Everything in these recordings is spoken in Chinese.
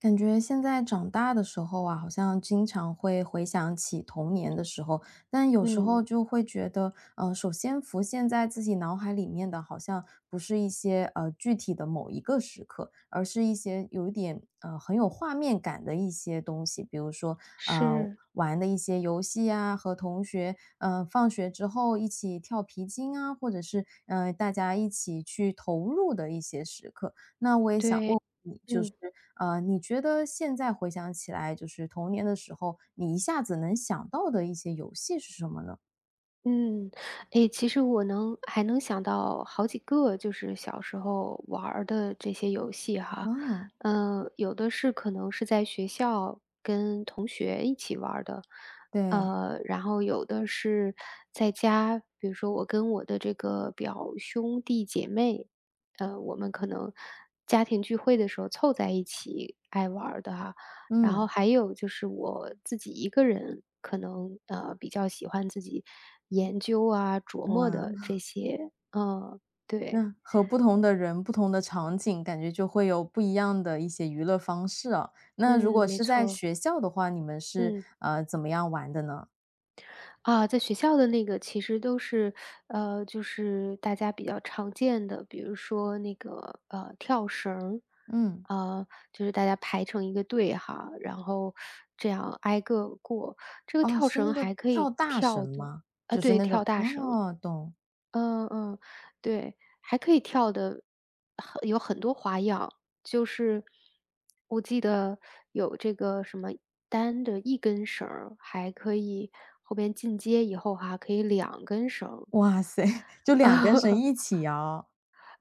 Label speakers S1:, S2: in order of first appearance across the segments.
S1: 感觉现在长大的时候啊，好像经常会回想起童年的时候，但有时候
S2: 嗯，
S1: 就会觉得，首先浮现在自己脑海里面的，好像不是一些具体的某一个时刻，而是一些有一点很有画面感的一些东西，比如说呃
S2: 是，
S1: 玩的一些游戏啊，和同学放学之后一起跳皮筋啊，或者是大家一起去投入的一些时刻。那我也想
S2: 对，
S1: 问问你，就是
S2: 嗯
S1: 你觉得现在回想起来，就是童年的时候，你一下子能想到的一些游戏是什么呢？
S2: 嗯，诶，其实我还能想到好几个，就是小时候玩儿的这些游戏哈，
S1: 哦，
S2: 有的可能是在学校跟同学一起玩儿的，
S1: 对，
S2: 然后有的是在家，比如说我跟我的这个表兄弟姐妹，我们可能家庭聚会的时候凑在一起爱玩儿的哈。然后
S1: 嗯，
S2: 还有就是我自己一个人可能，比较喜欢自己研究啊、琢磨
S1: 哇，
S2: 的这 些，嗯，对，
S1: 那和不同的人、不同的场景，感觉就会有不一样的一些娱乐方式啊。那如
S2: 嗯，
S1: 果
S2: 没
S1: 是在
S2: 错，
S1: 学校的话，你们是
S2: 嗯。
S1: 怎么样玩的呢？
S2: 啊，在学校的那个其实都是，就是大家比较常见的，比如说那个，跳绳儿，
S1: 嗯，
S2: 呃，就是大家排成一个队哈，然后这样挨个过。这个
S1: 哦，
S2: 跳
S1: 是那
S2: 绳
S1: 个
S2: 还可
S1: 跳
S2: 以
S1: 大
S2: 跳
S1: 绳
S2: 的
S1: 吗？
S2: 啊，
S1: 就是
S2: 对，
S1: 那
S2: 跳
S1: 种
S2: 大绳。
S1: 哦，懂，
S2: 嗯嗯，对，还可以跳的有很多花样，就是我记得有这个什么单的一根绳儿，还可以后边进阶以后哈，可以两根绳儿，
S1: 哇塞，就两根绳一 起摇，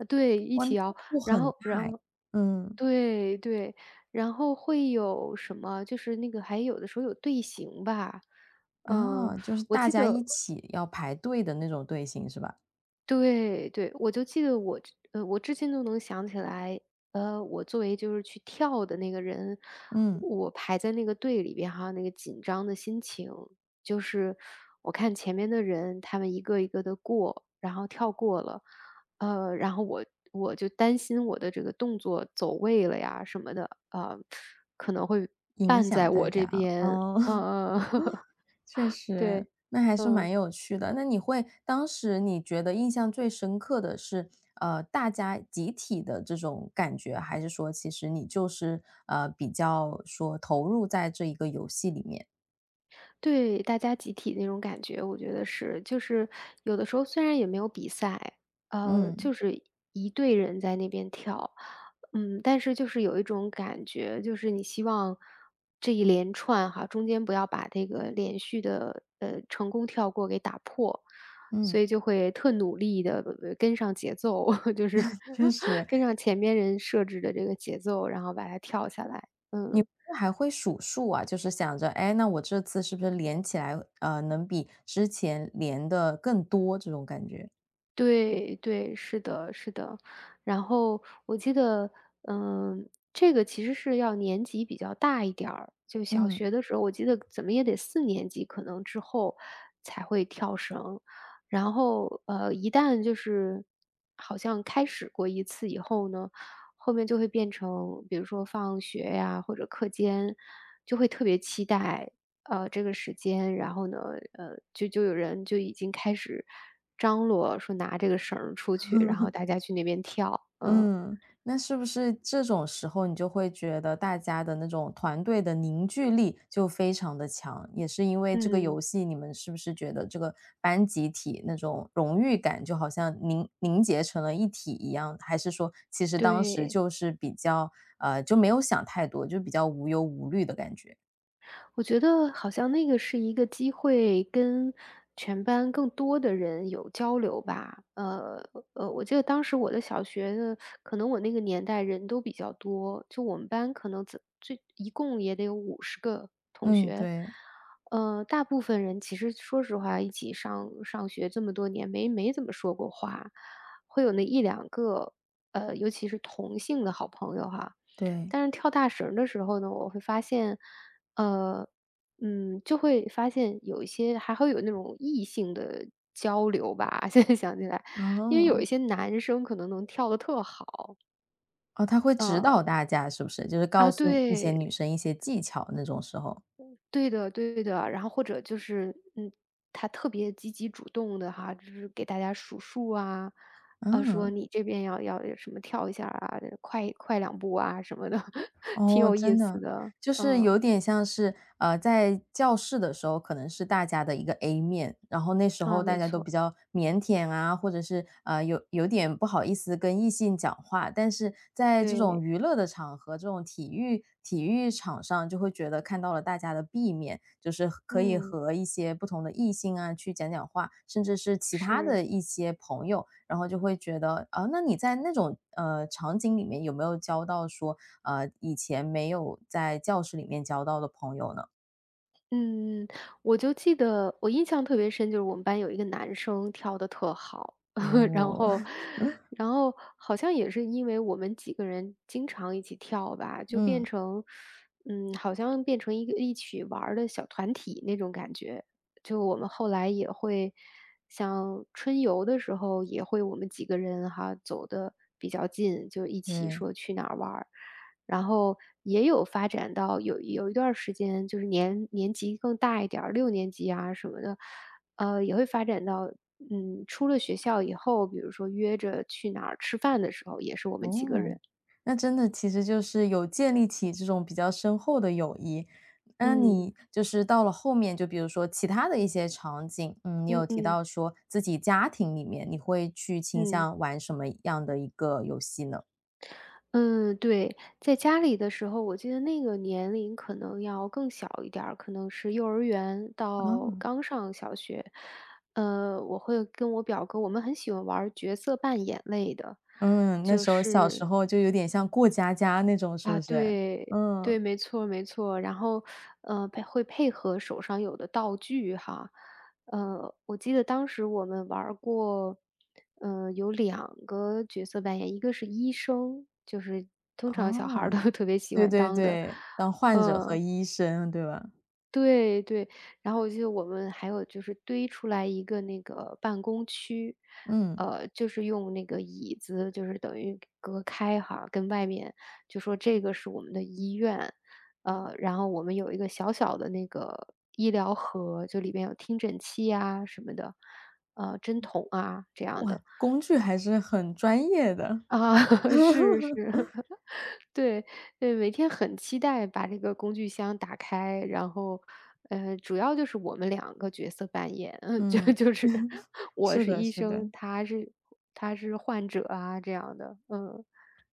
S2: 对，一
S1: 哇，那难
S2: 起摇，
S1: 度
S2: 然
S1: 很大，
S2: 后然后
S1: 嗯。
S2: 对对，然后会有什么？就是那个还有的时候有队形吧，嗯，
S1: 哦，就是
S2: 我
S1: 大
S2: 记
S1: 家一
S2: 得
S1: 起要排队的那种队形是吧？
S2: 对对，我就记得我至今都能想起来，我作为就是去跳的那个人，
S1: 嗯，
S2: 我排在那个队里边哈，那个紧张的心情，就是我看前面的人，他们一个一个的过，然后跳过了，然后我就担心我的这个动作走位了呀什么的，啊、可能会
S1: 影
S2: 绊
S1: 响
S2: 在
S1: 大
S2: 我
S1: 家
S2: 这
S1: 啊，
S2: 边，
S1: 哦，
S2: 嗯嗯，
S1: 确实，
S2: 对，
S1: 那还是蛮
S2: 嗯。
S1: 有趣的。那你会当时你觉得印象最深刻的是，大家集体的这种感觉，还是说其实你就是比较说投入在这一个游戏里面？
S2: 对，大家集体那种感觉，我觉得是，就是有的时候虽然也没有比赛，
S1: 嗯
S2: 就是一队人在那边跳，嗯，但是就是有一种感觉，就是你希望这一连串哈，中间不要把这个连续的成功跳过给打破，所
S1: 嗯，
S2: 以就会特努力的跟上节奏，就是
S1: 确 实。
S2: 跟上前面人设置的这个节奏，然后把它跳下来，嗯。
S1: 还会数数啊，就是想着，哎，那我这次是不是连起来，能比之前连的更多这种感觉？
S2: 对对，是的是的。然后我记得，嗯，这个其实是要年级比较大一点儿，就小
S1: 嗯。
S2: 学的时候，我记得怎么也得四年级可能之后才会跳绳。然后，一旦就是好像开始过一次以后呢后面就会变成，比如说放学呀或者课间，就会特别期待，这个时间。然后呢，就有人就已经开始张罗说拿这个绳儿出去，然后大家去那边跳。嗯
S1: 嗯，那是不是这种时候你就会觉得大家的那种团队的凝聚力就非常的强，也是因为这个游
S2: 嗯，
S1: 戏，你们是不是觉得这个班集体那种荣誉感就好像凝结成了一体一样？还是说其实当时
S2: 对。
S1: 就是比较就没有想太多，就比较无忧无虑的感觉？
S2: 我觉得好像那个是一个机会，跟全班更多的人有交流吧。我记得当时我的小学的，可能我那个年代人都比较多，就我们班可能最一共也得有50个。
S1: 嗯，对。
S2: 大部分人其实说实话，一起上学这么多年，没怎么说过话，会有那一两个，尤其是同性的好朋友哈。
S1: 对，
S2: 但是跳大绳儿的时候呢，我会发现，呃，嗯，就会发现有一些还会有那种异性的交流吧。现在想起来，因为有
S1: 哦，
S2: 一些男生可能能跳的特好，
S1: 哦，他会指导
S2: 呃，
S1: 大家是不是？就是告
S2: 啊，
S1: 诉一些
S2: 对，
S1: 女生一些技巧那种时候，
S2: 对的对的，然后或者就是，嗯，他特别积极主动的哈，就是给大家数数啊，啊，说
S1: 嗯。
S2: 你这边要什么跳一下啊，快快两步啊什么的，挺
S1: 哦，
S2: 有意
S1: 真
S2: 思
S1: 的，
S2: 的。
S1: 就是有
S2: 嗯，
S1: 点像是，在教室的时候可能是大家的一个 A 面，然后那时
S2: 啊，
S1: 候大
S2: 没
S1: 家都
S2: 错，
S1: 比较腼腆啊，或者是，有点不好意思跟异性讲话，但是在这种
S2: 对，
S1: 娱乐的场合，这种体育场上就会觉得看到了大家的 B 面，就是和可以
S2: 嗯，
S1: 和一些不同的异性啊去讲讲话，甚至是其他
S2: 是。
S1: 的一些朋友，然后就会觉得，啊，那你在那种，场景里面有没有交到说以前没有在教室里面交到的朋友呢。
S2: 嗯，我就记得我印象特别深，就是我们班有一个男生跳得特好，然
S1: 哦，
S2: 后，然后好像也是因为我们几个人经常一起跳吧，就变
S1: 嗯，
S2: 成，嗯，好像变成一个一起玩儿的小团体那种感觉。就我们后来也会，像春游的时候也会我们几个人哈走的比较近，就一起
S1: 对，
S2: 说去哪儿玩儿。然后也有发展到有一段儿时间，就是年级更大一点儿，六年级啊什么的，也会发展到，嗯，出了学校以后，比如说约着去哪儿吃饭的时候，也是我们几个
S1: 哦，
S2: 人。
S1: 那真的其实就是有建立起这种比较深厚的友谊。那
S2: 嗯，
S1: 你就是到了后面，就比如说其他的一些场景，嗯，你
S2: 嗯
S1: 有提
S2: 嗯，
S1: 到说自己家庭里面，你会去倾
S2: 嗯。
S1: 向玩什么样的一个游戏呢？
S2: 嗯，对，在家里的时候，我记得那个年龄可能要更小一点儿，可能是幼儿园到
S1: 哦，
S2: 刚上小学。我会跟我表哥，我们很喜欢玩儿角色扮演类的，
S1: 嗯，那
S2: 就
S1: 时候小时
S2: 是
S1: 候就有点像过家家那种，是
S2: 啊，
S1: 不是？
S2: 对，对，
S1: 嗯。
S2: 没错没错。然后，配合手上有的道具哈。我记得当时我们玩儿过，有两个角色扮演，一个是医生，就是通常小孩儿
S1: 哦，
S2: 都 特别喜
S1: 对
S2: 欢
S1: 对
S2: 当的，
S1: 对，当患者和
S2: 嗯。
S1: 医生，对吧？
S2: 对对，然后我记得我们还有就是堆出来一个那个办公区，
S1: 嗯，
S2: 就是用那个椅子，就是等于隔开哈，跟外面就说这个是我们的医院，然后我们有一个小小的那个医疗盒，就里边有听诊器啊什么的，针筒啊这样
S1: 哇，
S2: 的
S1: 工具还是很专业的。
S2: 啊，是 是，对，对，每天很期待把这个工具箱打开，然后，主要就是我们两个角色扮演，就
S1: 嗯，
S2: 就是我
S1: 是
S2: 是
S1: 的
S2: 医
S1: 是
S2: 生，
S1: 的。
S2: 他是患者啊，这样的，嗯，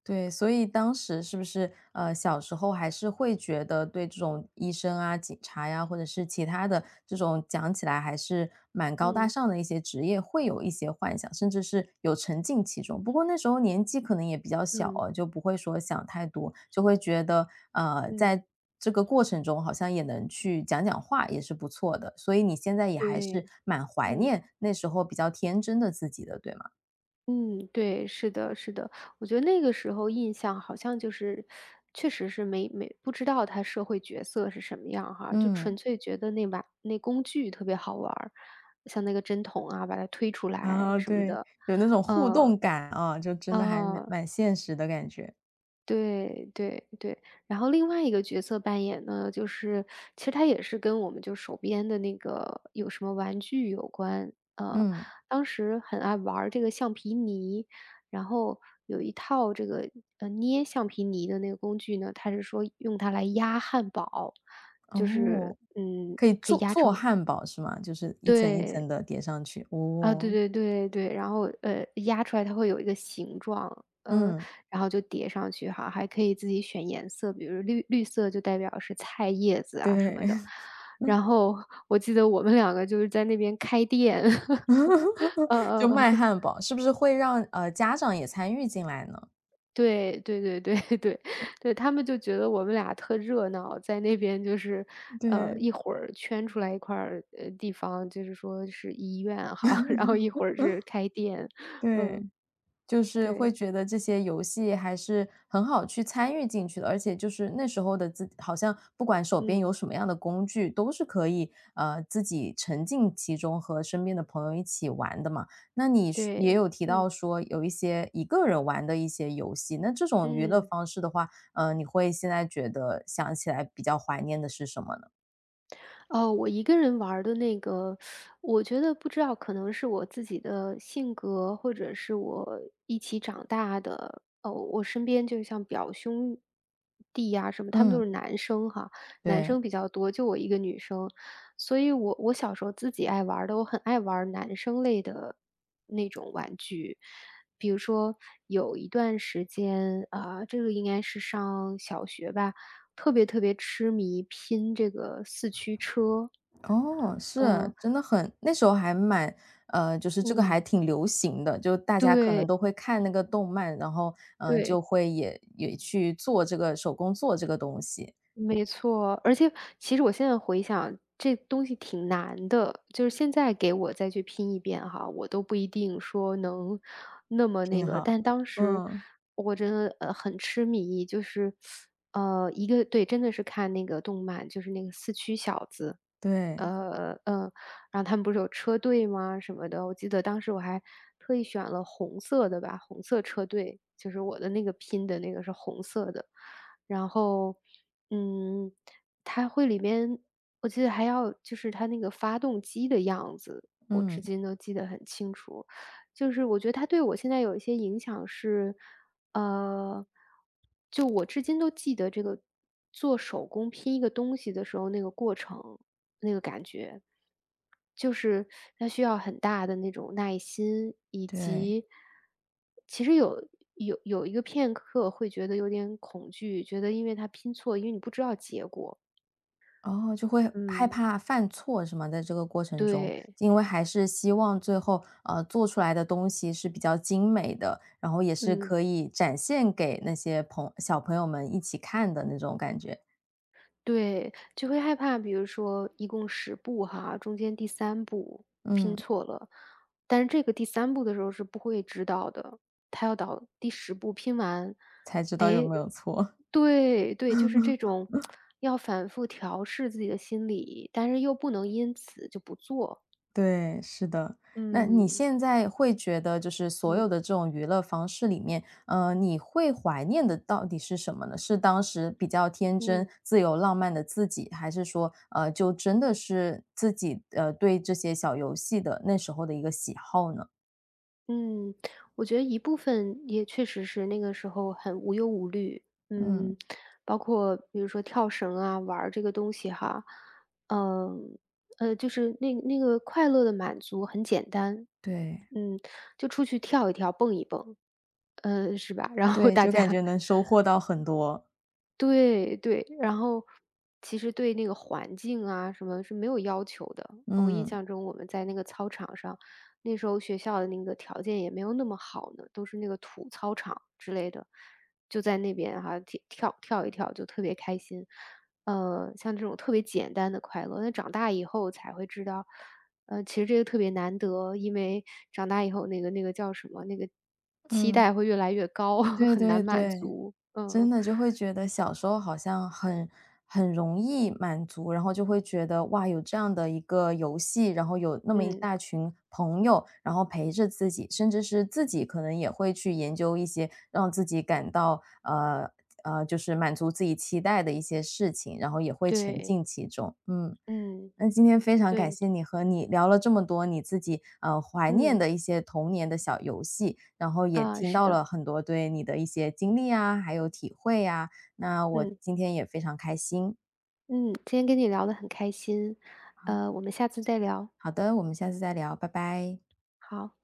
S1: 对，所以当时是不是小时候还是会觉得对这种医生啊、警察呀，或者是其他的这种讲起来还是蛮高大
S2: 嗯，
S1: 上的一些职业，会有一些幻想，甚至是有沉浸其中。不过那时候年纪可能也比较小
S2: 嗯，
S1: 啊，就不会说想太多，就会觉得
S2: 嗯，
S1: 在这个过程中好像也能去讲讲话，也是不错的。所以你现在也还
S2: 对，
S1: 是蛮怀
S2: 嗯。
S1: 念那时候比较天真的自己的，对吗？
S2: 嗯，对，是的，是的，我觉得那个时候印象好像就是，确实是没没不知道他社会角色是什么样哈，就
S1: 嗯。
S2: 纯粹觉得那工具特别好玩儿，像那个针筒啊，把它推出来
S1: 啊，
S2: 什么
S1: 对，
S2: 的，
S1: 有那种互
S2: 呃，
S1: 动感啊，就真的还蛮
S2: 啊。
S1: 蛮现实的感觉。
S2: 对对对，然后另外一个角色扮演呢，就是其实它也是跟我们就手边的那个有什么玩具有关。
S1: 嗯，
S2: 当时很爱玩儿这个橡皮泥，然后有一套这个捏橡皮泥的那个工具呢，它是说用它来压汉堡，就是
S1: 哦，
S2: 嗯，
S1: 可以做做汉堡是吗？就是一层一
S2: 对，
S1: 层的叠上去，
S2: 啊，对
S1: 哦，
S2: 对对对，然后，压出来它会有一个形状，呃，
S1: 嗯，
S2: 然后就叠上去哈，还可以自己选颜色，比如绿色就代表是菜叶子啊什么的。
S1: 对，
S2: 然后我记得我们两个就是在那边开店，呃 呃
S1: 就卖
S2: 呃，
S1: 汉堡，是不是会让，家长也参与进来呢？
S2: 对对对对对对，他们就觉得我们俩特热闹，在那边就是，
S1: 对，
S2: 一会儿圈出来一块儿地方，就是说是医院哈，然后一会儿是 开店，
S1: 对。
S2: 嗯，
S1: 就是
S2: 对，
S1: 会觉得这些游戏还是很好去参与进去的，而且就是那时候的自己，好像不管手边有
S2: 嗯。
S1: 什么样的工具，都是可以自己沉浸其中和身边的朋友一起玩的嘛。那你是也
S2: 对，
S1: 有提
S2: 嗯
S1: 到说有一些一个人玩的一些游戏，那这种娱乐
S2: 嗯，
S1: 方式的话，你会现在觉得想起来比较怀念的是什么呢？
S2: 哦，我一个人玩儿的那个，我觉得不知道，可能是我自己的性格，或者是我一起长大的。哦，我身边就像表兄弟呀、什么，他们都
S1: 嗯，
S2: 是男生哈，男
S1: 对。
S2: 生比较多，就我一个女生，所以我小时候自己爱玩儿的，我很爱玩儿男生类的那种玩具。比如说，有一段时间啊、这个应该是上小学吧，特别特别痴迷拼这个四驱车。
S1: 哦，
S2: 嗯
S1: 是，真的很那时候还蛮就是这个
S2: 嗯，
S1: 还挺流行的，就大家可
S2: 对，
S1: 能都会看那个动漫，然后，嗯，就
S2: 对，
S1: 会也去做这个手工做这个东西，
S2: 没错。而且其实我现在回想，这东西挺难的，就是现在给我再去拼一遍哈，我都不一定说能那么那
S1: 挺
S2: 个，
S1: 好。
S2: 但当时
S1: 嗯，
S2: 我真的，很痴迷，就是，一个对，真的是看那个动漫，就是那个《四驱小子》。
S1: 对，
S2: 嗯。然后他们不是有车队吗什么的，我记得当时我还特意选了红色的吧，红色车队，就是我的那个拼的那个是红色的。然后，嗯，它会里面我记得还要就是它那个发动机的样子，我至
S1: 嗯，
S2: 今都记得很清楚。就是我觉得它对我现在有一些影响是，呃，就我至今都记得这个做手工拼一个东西的时候那个过程。那个感觉。就是它需要很大的那种耐心，以
S1: 对，
S2: 及其实有一个片刻会觉得有点恐惧，觉得因为它拼错，因为你不知道结果。
S1: 哦，就会害
S2: 嗯。
S1: 怕犯错是吗？在这个过程中，
S2: 对。
S1: 因为还是希望最后，做出来的东西是比较精美的，然后也是
S2: 嗯。
S1: 可以展现给那些小朋友们一起看的那种感觉，
S2: 对，就会害怕，比如说一共十步哈，中间第三步拼
S1: 嗯。
S2: 错了，但是这个第三步的时候是不会知道的，他要到第10步拼完，
S1: 才知道有
S2: 哎，
S1: 没有错。
S2: 对，对，就是这种要反复调试自己的心理，但是又不能因此就不做，
S1: 对，是的。那你
S2: 嗯，
S1: 现在会觉得就是所有
S2: 嗯，
S1: 的这种娱乐方式里面，你会怀念的到底是什么呢？是当时比较天真、
S2: 嗯。
S1: 自由浪漫的自己，还是说，就真的是自己，对这些小游戏的那时候的一个喜好呢？
S2: 嗯，我觉得一部分也确实是那个时候很无忧无虑，
S1: 嗯，
S2: 嗯，包括比如说跳绳啊，玩儿这个东西哈，嗯，就是那个快乐的满足很简单，
S1: 对，
S2: 嗯，就出去跳一跳，蹦一蹦，是吧？然后
S1: 对，
S2: 大
S1: 就感
S2: 家
S1: 觉能收获到很多。
S2: 对对，然后其实对那个环境啊什么是没有要求的。我印
S1: 嗯，
S2: 象中我们在那个操场上，那时候学校的那个条件也没有那么好呢，都是那个土操场之类的，就在那边哈、跳跳跳一跳就特别开心。像这种特别简单的快乐，那长大以后才会知道，其实这个特别难得，因为长大以后那个叫什么，那个期
S1: 嗯，
S2: 待会越来越高，
S1: 对
S2: 很难
S1: 对
S2: 满
S1: 对。
S2: 足。嗯
S1: 真的就会觉得小时候好像很容易满足，然后就会觉得哇，有这样的一个游戏，然后有那么一
S2: 嗯。
S1: 大群朋友，然后陪着自己，甚至是自己可能也会去研究一些让自己感到就是满足自己期待的一些事情，然后也会沉
S2: 对，
S1: 浸其中。嗯。
S2: 嗯，
S1: 那今天非常感
S2: 对，
S1: 谢和你聊了这么多你自己怀念
S2: 嗯，
S1: 的一些童年的小游戏，然后也
S2: 啊，
S1: 听
S2: 是
S1: 到
S2: 的，
S1: 了很多对你的一些经历啊，还有体会呀、那我
S2: 嗯，
S1: 今天也非常开心。
S2: 嗯，今天跟你聊得很开心，我们下次再聊，
S1: 好的，我们下次再聊，拜拜。
S2: 好。